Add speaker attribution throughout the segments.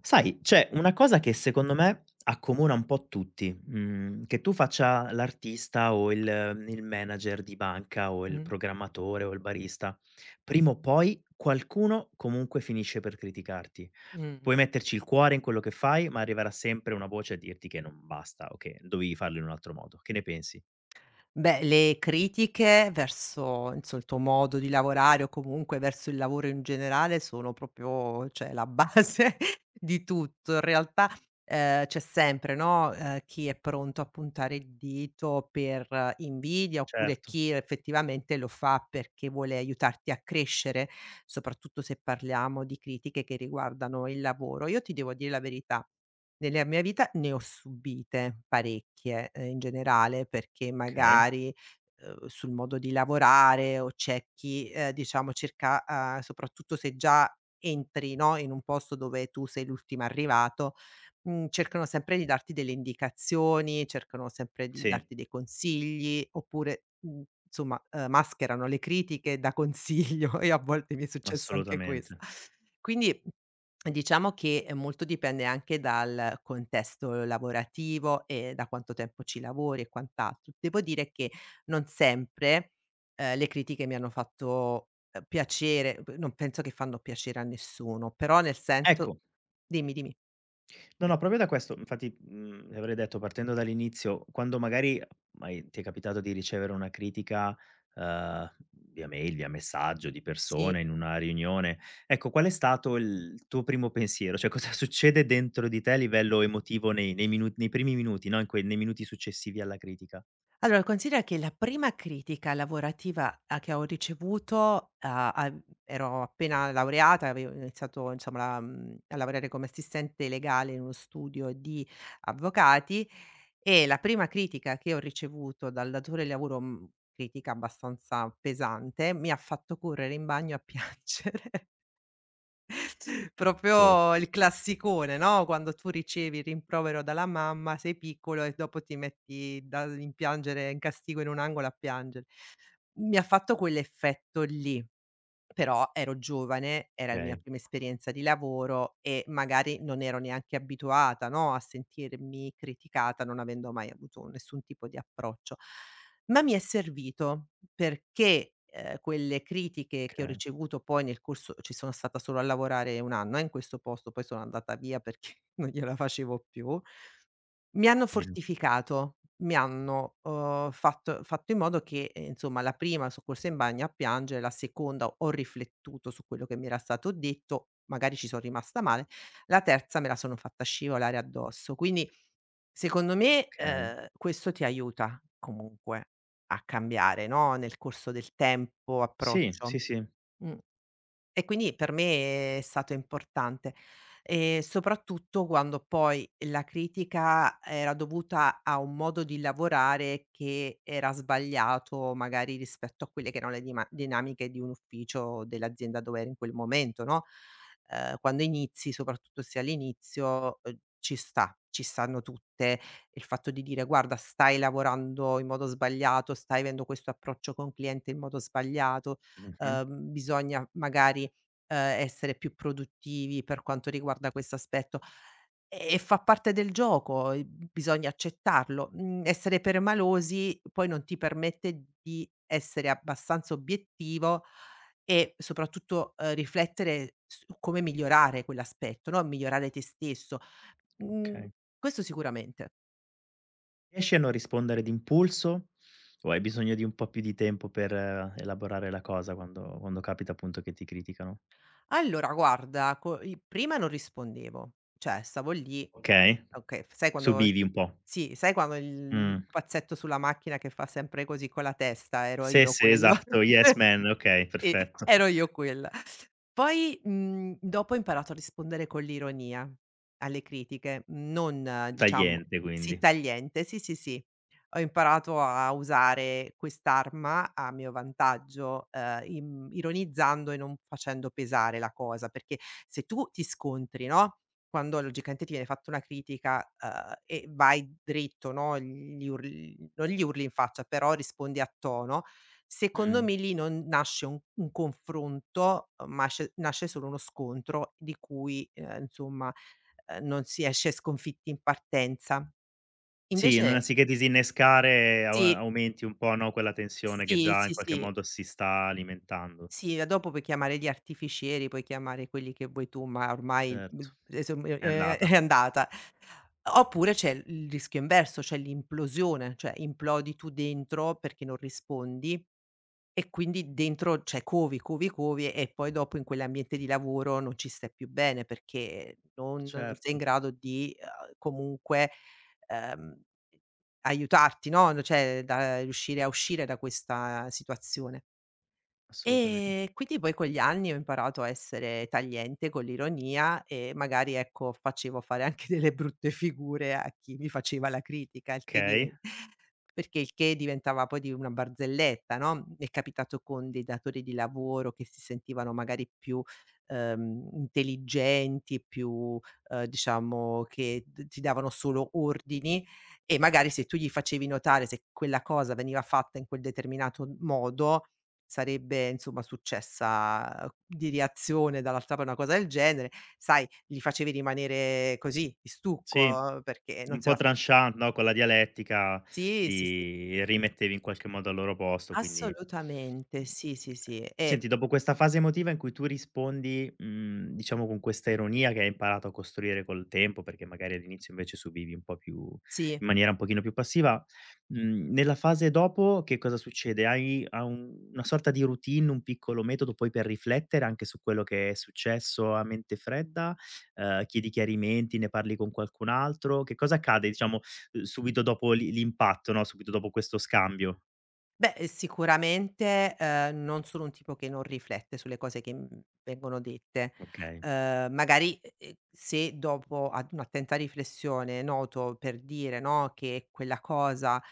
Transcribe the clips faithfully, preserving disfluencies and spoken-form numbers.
Speaker 1: Sai, c'è una cosa che secondo me accomuna un po' tutti, mhmm, che tu faccia l'artista o il il manager di banca o il
Speaker 2: Mh,
Speaker 1: programmatore o il barista, prima o poi qualcuno comunque finisce per criticarti.
Speaker 2: mh.
Speaker 1: Puoi metterci il cuore in quello che fai, ma arriverà sempre una voce a dirti che non basta o che dovevi farlo in un altro modo. Che ne pensi?
Speaker 2: Beh, le critiche verso inso il tuo modo di lavorare o comunque verso il lavoro in generale sono proprio, cioè la base di tutto. In realtà, ehm, c'è sempre, no, ehm, chi è pronto a puntare il dito per eh, invidia, oppure
Speaker 1: Certo,
Speaker 2: chi effettivamente lo fa perché vuole aiutarti a crescere, soprattutto se parliamo di critiche che riguardano il lavoro. Io ti devo dire la verità. Nella mia vita ne ho subite parecchie, ehm, in generale, perché
Speaker 1: okay.
Speaker 2: magari, uhm, sul modo di lavorare o c'è chi, ehm, diciamo cerca uhm, soprattutto se già entri, no, in un posto dove tu sei l'ultimo arrivato, mhmm, cercano sempre di darti delle indicazioni, cercano sempre di
Speaker 1: Sì,
Speaker 2: darti dei consigli, oppure, mhmm, insomma, uhm, mascherano le critiche da consiglio e a volte mi è successo anche questo.
Speaker 1: assolutamente.
Speaker 2: Quindi diciamo che, ehm, molto dipende anche dal contesto lavorativo e da quanto tempo ci lavori e quant'altro. Devo dire che non sempre, ehm, le critiche mi hanno fatto, ehm, piacere, p non penso che fanno piacere a nessuno, però nel senso
Speaker 1: Ecco.
Speaker 2: dimmi, dimmi.
Speaker 1: No, no, proprio da questo, infatti, mhmm, le avrei detto partendo dall'inizio, quando magari hai ti è capitato di ricevere una critica, uhm, via mail, via messaggio, di
Speaker 2: Sì.
Speaker 1: persona, in una riunione, ecco qual è stato il tuo primo pensiero? Cioè cosa succede dentro di te a livello emotivo nei nei minu nei primi minuti, no, in quei nei minuti successivi alla critica?
Speaker 2: Allora considera che la prima critica lavorativa a che ho ricevuto, a a mhmm, ero appena laureata, avevo iniziato insomma la mhmm, a lavorare come assistente legale in uno studio di avvocati. E la prima critica che ho ricevuto dal datore di lavoro, mhmm, critica abbastanza pesante, mi ha fatto correre in bagno a piangere.
Speaker 1: Tor
Speaker 2: Proprio il classicone, no, quando tu ricevi il rimprovero dalla mamma, sei piccolo e dopo ti metti da in piangere in castigo in un angolo a piangere. Mi ha fatto quell'effetto lì. Però ero giovane, era la mia
Speaker 1: Okay,
Speaker 2: prima esperienza di lavoro e magari non ero neanche abituata, no, a sentirmi criticata, non avendo mai avuto nessun tipo di approccio. Ma mi è servito perché, ehm, quelle critiche che ho
Speaker 1: okay.
Speaker 2: ricevuto poi nel corso, ci sono stata solo a lavorare un anno, eh, in questo posto, poi sono andata via perché non gliela facevo più. Mi hanno
Speaker 1: Gil
Speaker 2: fortificato, mi hanno, uhm, fatto, fatto in modo che, ehm, insomma la prima so' corsa in bagno a piangere, la seconda ho riflettuto su quello che mi era stato detto, magari ci sono rimasta male, la terza me la sono fatta scivolare addosso. Quindi secondo me,
Speaker 1: Okay.
Speaker 2: ehm, questo ti aiuta comunque a cambiare, no, nel corso del tempo,
Speaker 1: Sì, sì,
Speaker 2: approccio.
Speaker 1: sì.
Speaker 2: Mh. E quindi per me è stato importante, ehm, soprattutto quando poi la critica era dovuta a un modo di lavorare che era sbagliato, magari rispetto a quelle che erano le dima dinamiche di un ufficio o dell'azienda dove ero in quel momento, no, ehm, quando inizi, soprattutto se all'inizio, uhm, ci sta, ci stanno tutte. Il fatto di dire: "Guarda, stai lavorando in modo sbagliato, stai avendo questo approccio con cliente in modo sbagliato,
Speaker 1: Mh-mh,
Speaker 2: uhm, bisogna magari" ehm, essere più produttivi per quanto riguarda questo aspetto. E e fa parte del gioco, e bisogna accettarlo. Mhmm, essere permalosi poi non ti permette di essere abbastanza obiettivo e soprattutto, ehm, riflettere su come migliorare quell'aspetto, no, migliorare te stesso. Mhmm,
Speaker 1: okay.
Speaker 2: questo sicuramente.
Speaker 1: Riesci a non rispondere d'impulso o hai bisogno di un po' più di tempo per eh, elaborare la cosa quando quando capita appunto che ti criticano?
Speaker 2: Allora guarda, co i prima non rispondevo, cioè stavo lì
Speaker 1: Okay,
Speaker 2: okay, f- sai quando s
Speaker 1: subivi un po'.
Speaker 2: sì, sai quando il
Speaker 1: Mh.
Speaker 2: pazzetto sulla macchina che fa sempre così con la testa, ero
Speaker 1: Sì,
Speaker 2: io
Speaker 1: sì,
Speaker 2: quello.
Speaker 1: esatto, yes man, okay,
Speaker 2: Sì,
Speaker 1: perfetto.
Speaker 2: ero io quella. Poi, mhmm, dopo ho imparato a rispondere con l'ironia alle critiche, non diciamo
Speaker 1: Tagliente
Speaker 2: sì,
Speaker 1: quindi.
Speaker 2: tagliente, sì, sì, sì. Ho imparato a usare quest'arma a mio vantaggio, ehm, im ironizzando e non facendo pesare la cosa, perché se tu ti scontri, no, quando logicamente ti viene fatta una critica, uhm, e vai dritto, no, gli urli non gli urli in faccia, però rispondi a tono, secondo
Speaker 1: Mh.
Speaker 2: me lì non nasce un un confronto, eh, ma asce nasce solo uno scontro di cui, ehm, insomma, ehm, non si esce sconfitti in partenza.
Speaker 1: Sì, n
Speaker 2: Invece
Speaker 1: anziché disinnescare au
Speaker 2: sì,
Speaker 1: aumenti un po', no, quella tensione che
Speaker 2: sì,
Speaker 1: già in
Speaker 2: sì,
Speaker 1: qualche
Speaker 2: sì.
Speaker 1: modo si sta alimentando.
Speaker 2: Sì, e dopo puoi chiamare gli artificieri, puoi chiamare quelli che vuoi tu, ma ormai b
Speaker 1: Certo, è
Speaker 2: è è
Speaker 1: andata.
Speaker 2: andata. Oppure c'è il rischio inverso, c'è l'implosione, cioè implodi tu dentro perché non rispondi e quindi dentro cioè covi, covi, covi e poi dopo in quell'ambiente di lavoro non ci stai più bene perché non non sei in
Speaker 1: Certo,
Speaker 2: grado di, uhm, comunque, ehm, aiutarti, no, cioè da riuscire a uscire da questa situazione.
Speaker 1: assolutamente.
Speaker 2: E quindi poi con gli anni ho imparato a essere tagliente con l'ironia e magari, ecco, facevo fare anche delle brutte figure a chi mi faceva la critica, il che diven
Speaker 1: Okay,
Speaker 2: perché il che diventava poi di una barzelletta, no, mi è capitato con dei datori di lavoro che si sentivano magari più, ehm, intelligenti, più, ehm, diciamo che d ti davano solo ordini e magari se tu gli facevi notare se quella cosa veniva fatta in quel determinato modo, sarebbe insomma successa eh, di reazione dall'altra parte, una cosa del genere, sai, li facevi rimanere così di
Speaker 1: sì.
Speaker 2: stucco eh, perché non
Speaker 1: Un
Speaker 2: se
Speaker 1: po'
Speaker 2: la
Speaker 1: tranchant, no, con la dialettica
Speaker 2: sì, sì, sì,
Speaker 1: li rimettevi in qualche modo al loro posto, quindi.
Speaker 2: assolutamente, sì, sì, sì, e
Speaker 1: Senti, dopo questa fase emotiva in cui tu rispondi, mhmm, diciamo con questa ironia che hai imparato a costruire col tempo, perché magari all'inizio invece subivi un po' più
Speaker 2: sì.
Speaker 1: in maniera un pochino più passiva, mhmm, nella fase dopo che cosa succede? Hai ha un una sorta di routine, un piccolo metodo poi per riflettere anche su quello che è successo a mente fredda? ehm, chiedi chiarimenti, ne parli con qualcun altro? Che cosa accade diciamo, uhm, subito dopo l'i l'impatto, no, subito dopo questo scambio?
Speaker 2: Beh, ehm, sicuramente, ehm, non sono un tipo che non riflette sulle cose che, mhmm, vengono dette.
Speaker 1: Okay,
Speaker 2: Ehm, magari, e e se dopo ad un'attenta riflessione noto, per dire, no, che quella cosa,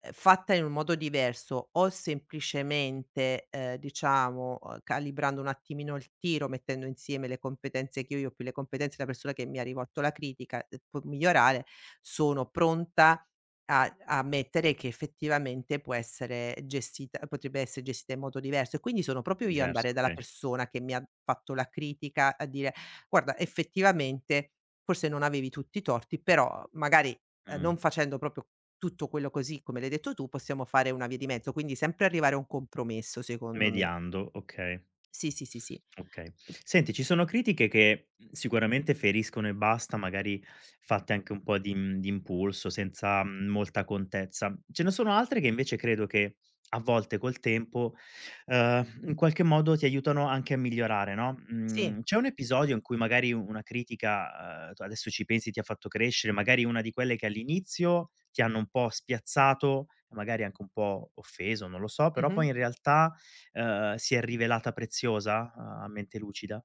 Speaker 2: ehm, fatta in un modo diverso o semplicemente, ehm, diciamo, uhm, calibrando un attimino il tiro, mettendo insieme le competenze che ho io, ho più le competenze della persona che mi ha rivolto la critica, ehm, può migliorare, sono pronta a a ammettere che effettivamente può essere gestita potrebbe essere gestita in modo diverso e quindi sono proprio
Speaker 1: mhmm,
Speaker 2: io
Speaker 1: diverso,
Speaker 2: andare dalla
Speaker 1: okay.
Speaker 2: persona che mi ha fatto la critica a dire: "Guarda effettivamente forse non avevi tutti i torti, però magari, ehm,
Speaker 1: Mh.
Speaker 2: non facendo proprio tutto quello così come l'hai detto tu, possiamo fare una via di mezzo." Quindi sempre arrivare a un compromesso secondo me.
Speaker 1: Mediando, okay.
Speaker 2: Sì, sì, sì, sì.
Speaker 1: Okay.
Speaker 2: E
Speaker 1: Senti, ci sono critiche che, mhmm, sicuramente feriscono e basta, magari fatte anche un po' di mhmm, di impulso, senza, mhmm, molta contezza. Ce ne sono altre che invece credo che a volte col tempo, uhm, in qualche modo ti aiutano anche a migliorare, no,
Speaker 2: sì.
Speaker 1: mhmm, c'è un episodio in cui magari una critica, uhm, tu adesso ci pensi, ti ha fatto crescere, magari una di quelle che all'inizio ti hanno un po' spiazzato, magari anche un po' offeso, non lo so, però
Speaker 2: Mh-mh.
Speaker 1: poi in realtà ehm, si è rivelata preziosa a a mente lucida?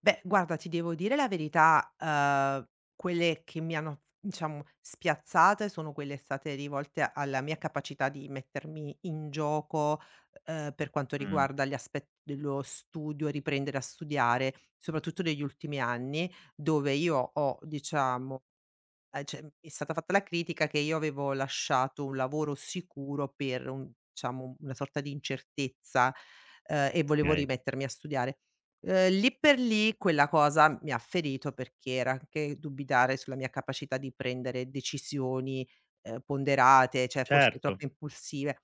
Speaker 2: Beh, guarda, ti devo dire la verità, uhm, quelle che mi hanno, diciamo, spiazzate sono quelle state rivolte a alla mia capacità di mettermi in gioco, uhm, per quanto
Speaker 1: Mh,
Speaker 2: riguarda gli aspetti dello studio, riprendere a studiare, soprattutto negli ultimi anni, dove io ho, diciamo ehm, cioè, mi è stata fatta la critica che io avevo lasciato un lavoro sicuro per un diciamo, una sorta di incertezza, ehm, e volevo
Speaker 1: okay.
Speaker 2: rimettermi a studiare. Ehm, lì per lì quella cosa mi ha ferito perché era anche dubitare sulla mia capacità di prendere decisioni, ehm, ponderate, cioè forse
Speaker 1: Certo.
Speaker 2: troppo impulsive.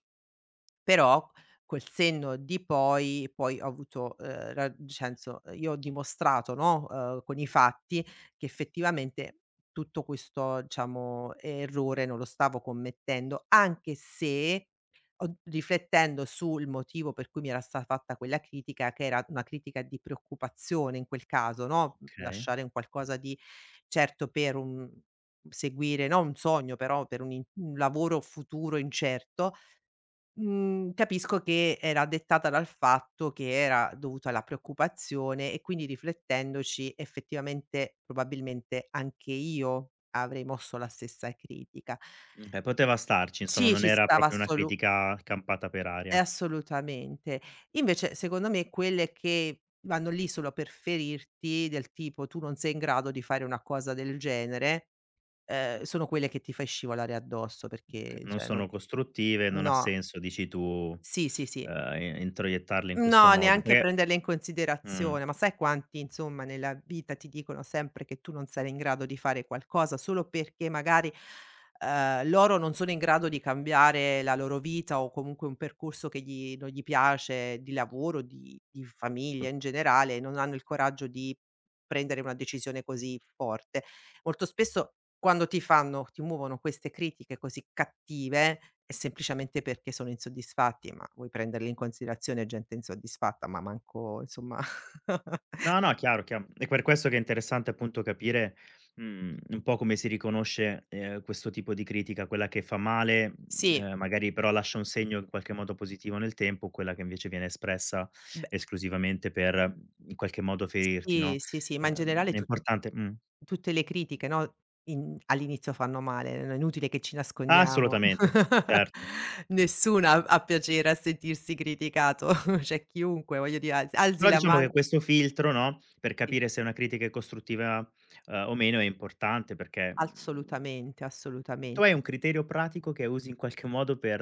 Speaker 2: Però col senno di poi poi ho avuto, ehm, ra nel senso, eh, io ho dimostrato, no, ehm, con i fatti che effettivamente tutto questo, diciamo, errore non lo stavo commettendo, anche se ho riflettendo sul motivo per cui mi era stata fatta quella critica, che era una critica di preoccupazione in quel caso, no, mhmm,
Speaker 1: Okay.
Speaker 2: lasciare un qualcosa di certo per un seguire, no, un sogno però per un in un lavoro futuro incerto, mhmm, capisco che era dettata dal fatto che era dovuta alla preoccupazione e quindi riflettendoci effettivamente probabilmente anche io avrei mosso la stessa critica.
Speaker 1: Okay, poteva starci insomma,
Speaker 2: Sì,
Speaker 1: non
Speaker 2: ci
Speaker 1: era
Speaker 2: stava
Speaker 1: proprio una
Speaker 2: assolu
Speaker 1: critica campata per
Speaker 2: eh,
Speaker 1: aria.
Speaker 2: assolutamente. Invece secondo me quelle che vanno lì solo per ferirti, del tipo: "Tu non sei in grado di fare una cosa del genere", ehm, sono quelle che ti fai scivolare addosso
Speaker 1: Oka
Speaker 2: perché
Speaker 1: Non
Speaker 2: cioè non
Speaker 1: sono costruttive, non ha
Speaker 2: no.
Speaker 1: senso dici tu,
Speaker 2: Sì, sì, sì.
Speaker 1: ehm, in introiettarle in questo
Speaker 2: No,
Speaker 1: modo
Speaker 2: neanche
Speaker 1: perché
Speaker 2: prenderle in
Speaker 1: mh.
Speaker 2: considerazione, ma sai quanti insomma nella vita ti dicono sempre che tu non sarai in grado di fare qualcosa solo perché magari, ehm, loro non sono in grado di cambiare la loro vita o comunque un percorso che gli non gli piace di lavoro, di di famiglia in generale, non hanno il coraggio di prendere una decisione così forte. Molto spesso quando ti fanno ti muovono queste critiche così cattive, è semplicemente perché sono insoddisfatti, ma vuoi prenderli in considerazione gente insoddisfatta, ma manco insomma
Speaker 1: No, no, chiaro, chiaro. È per questo che è interessante appunto capire, mhmm, un po' come si riconosce, ehm, questo tipo di critica, quella che fa male,
Speaker 2: sì,
Speaker 1: ehm, magari però lascia un segno in qualche modo positivo nel tempo, quella che invece viene espressa
Speaker 2: beh
Speaker 1: esclusivamente per in qualche modo ferirti,
Speaker 2: sì,
Speaker 1: no,
Speaker 2: sì, sì, ma in
Speaker 1: ehm,
Speaker 2: generale
Speaker 1: è
Speaker 2: tu
Speaker 1: importante mh.
Speaker 2: tutte le critiche, no, in all'inizio fanno male, non è inutile che ci nascondiamo.
Speaker 1: Assolutamente, certo.
Speaker 2: Nessuno ha ha piacere a sentirsi criticato, cioè chiunque, voglio dire, alzi alzi
Speaker 1: Però
Speaker 2: la
Speaker 1: diciamo
Speaker 2: mano
Speaker 1: che questo filtro, no, per
Speaker 2: sì,
Speaker 1: capire se una critica è costruttiva, ehm, o meno è importante perché, mhmm
Speaker 2: assolutamente,
Speaker 1: Tu
Speaker 2: assolutamente.
Speaker 1: hai un criterio pratico che usi in qualche modo per,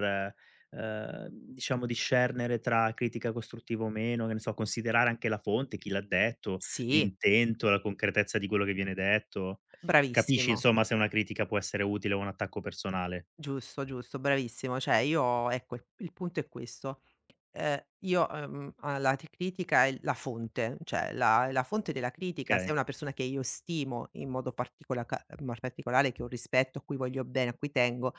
Speaker 1: ehm, diciamo discernere tra critica costruttiva o meno, che ne so, considerare anche la fonte, chi l'ha detto,
Speaker 2: Sì,
Speaker 1: l'intento, la concretezza di quello che viene detto. Capisci
Speaker 2: bravissimo.
Speaker 1: insomma se una critica può essere utile o un attacco personale.
Speaker 2: Giusto, giusto, bravissimo. Cioè io ecco, il il punto è questo: ehm, io, ehm, uhm, la t critica è la fonte, cioè la la fonte della critica, se è
Speaker 1: Okay.
Speaker 2: una persona che io stimo in modo particola ca ma particolare, che ho rispetto, a cui voglio bene, a cui tengo,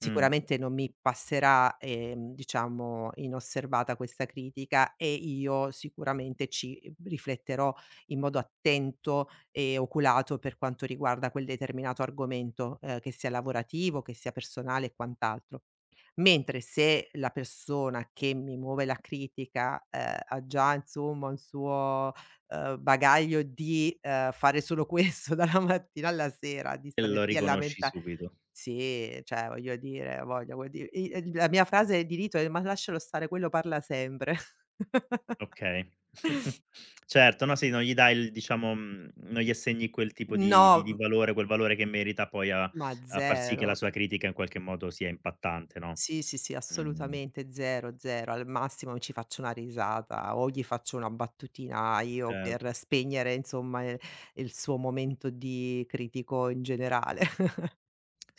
Speaker 1: Mh.
Speaker 2: non mi passerà, ehm, diciamo inosservata questa critica e io sicuramente ci rifletterò in modo attento e oculato per quanto riguarda quel determinato argomento, ehm, che sia lavorativo, che sia personale e quant'altro. Mentre se la persona che mi muove la critica, ehm, ha già insomma un suo, ehm, bagaglio di, ehm, fare solo questo dalla mattina alla sera, di
Speaker 1: E
Speaker 2: stare
Speaker 1: lo
Speaker 2: lì a
Speaker 1: riconosci
Speaker 2: lamenta
Speaker 1: subito.
Speaker 2: sì, cioè voglio dire voglio vuol dire i ehm, la mia frase di rito è: "Ma lascialo stare, quello parla sempre".
Speaker 1: Okay. Certo, no, sì, non gli dai il diciamo, mhmm, non gli assegni quel tipo
Speaker 2: No,
Speaker 1: di di di
Speaker 2: m
Speaker 1: valore, quel valore che merita poi a
Speaker 2: ma
Speaker 1: a far sì che
Speaker 2: zero.
Speaker 1: la sua critica in qualche modo sia impattante, no.
Speaker 2: Sì, sì, sì,
Speaker 1: Mh,
Speaker 2: assolutamente, zero, zero. Al massimo ci faccio una risata o gli faccio una battutina io
Speaker 1: certo.
Speaker 2: per spegnere insomma, ehm, il suo momento di critico in generale.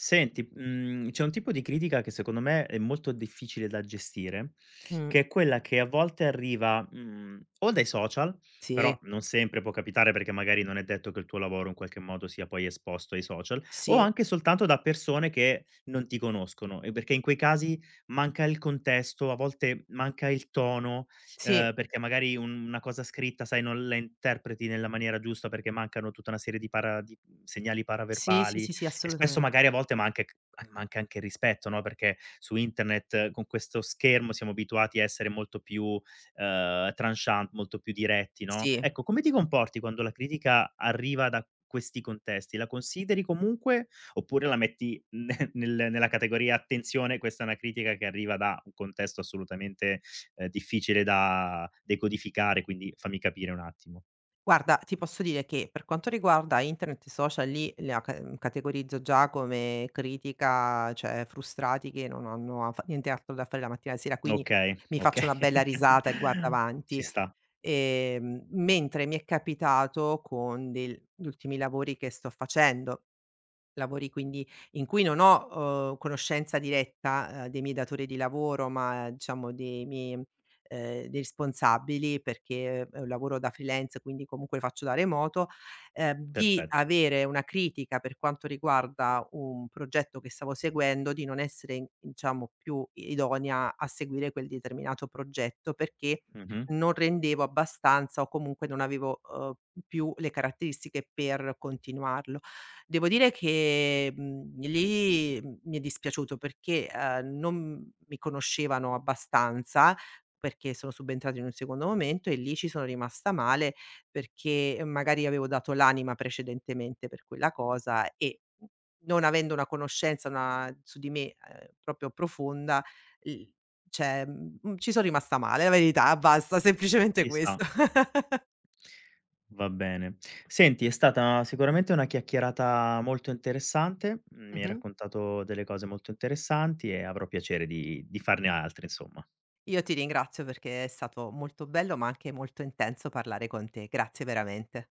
Speaker 1: Senti, mhmm, c'è un tipo di critica che secondo me è molto difficile da gestire,
Speaker 2: Mh.
Speaker 1: che è quella che a volte arriva, mhmm, o dai social,
Speaker 2: Sì,
Speaker 1: però non sempre può capitare perché magari non è detto che il tuo lavoro in qualche modo sia poi esposto ai social, o
Speaker 2: sì,
Speaker 1: anche soltanto da persone che non ti conoscono, e perché in quei casi manca il contesto, a volte manca il tono,
Speaker 2: sì,
Speaker 1: ehm, perché magari un una cosa scritta, sai, non la interpreti nella maniera giusta perché mancano tutta una serie di para di segnali
Speaker 2: sì, sì,
Speaker 1: paraverbali.
Speaker 2: sì, sì,
Speaker 1: E spesso
Speaker 2: assolutamente.
Speaker 1: magari a volte manca c manca anche il rispetto, no, perché su internet eh, con questo schermo siamo abituati a essere molto più, ehm, tranchant, molto più diretti, no.
Speaker 2: Sì.
Speaker 1: Ecco, come ti comporti quando la critica arriva da questi contesti? La consideri comunque oppure la metti ne nel nella categoria: "Attenzione, questa è una critica che arriva da un contesto assolutamente, ehm, difficile da decodificare, quindi fammi capire un attimo."
Speaker 2: Guarda, ti posso dire che per quanto riguarda internet e social lì la ca mhmm, categorizzo già come critica, cioè frustrati che non hanno a fa nient'altro da fare la mattina e la sera, quindi
Speaker 1: Okay,
Speaker 2: mi
Speaker 1: okay.
Speaker 2: faccio una bella risata e guardo
Speaker 1: Ci
Speaker 2: avanti.
Speaker 1: sta,
Speaker 2: Ehm, mentre mi è capitato con del gli ultimi lavori che sto facendo. Lavori quindi in cui non ho, uhm, conoscenza diretta, uhm, dei miei datori di lavoro, ma eh, diciamo dei miei ehm, dei responsabili, perché è un lavoro da freelance, quindi comunque faccio da remoto, ehm, di
Speaker 1: perfetto.
Speaker 2: avere una critica per quanto riguarda un progetto che stavo seguendo, di non essere in diciamo più idonea a seguire quel determinato progetto, perché
Speaker 1: Mh-mh.
Speaker 2: non rendevo abbastanza o comunque non avevo, uhm, più le caratteristiche per continuarlo. Devo dire che, mhmm, lì, mhmm, mi è dispiaciuto perché, ehm, non mi conoscevano abbastanza, perché sono subentrata in un secondo momento e lì ci sono rimasta male perché magari avevo dato l'anima precedentemente per quella cosa e non avendo una conoscenza, una su di me, ehm, proprio profonda, l cioè, mhmm, ci sono rimasta male, la verità, basta, semplicemente
Speaker 1: Ci sta,
Speaker 2: questo.
Speaker 1: va bene. Senti, è stata sicuramente una chiacchierata molto interessante, mi hai
Speaker 2: Mh-mh.
Speaker 1: raccontato delle cose molto interessanti e avrò piacere di di farne altre, insomma.
Speaker 2: Io ti ringrazio perché è stato molto bello, ma anche molto intenso parlare con te. Grazie veramente.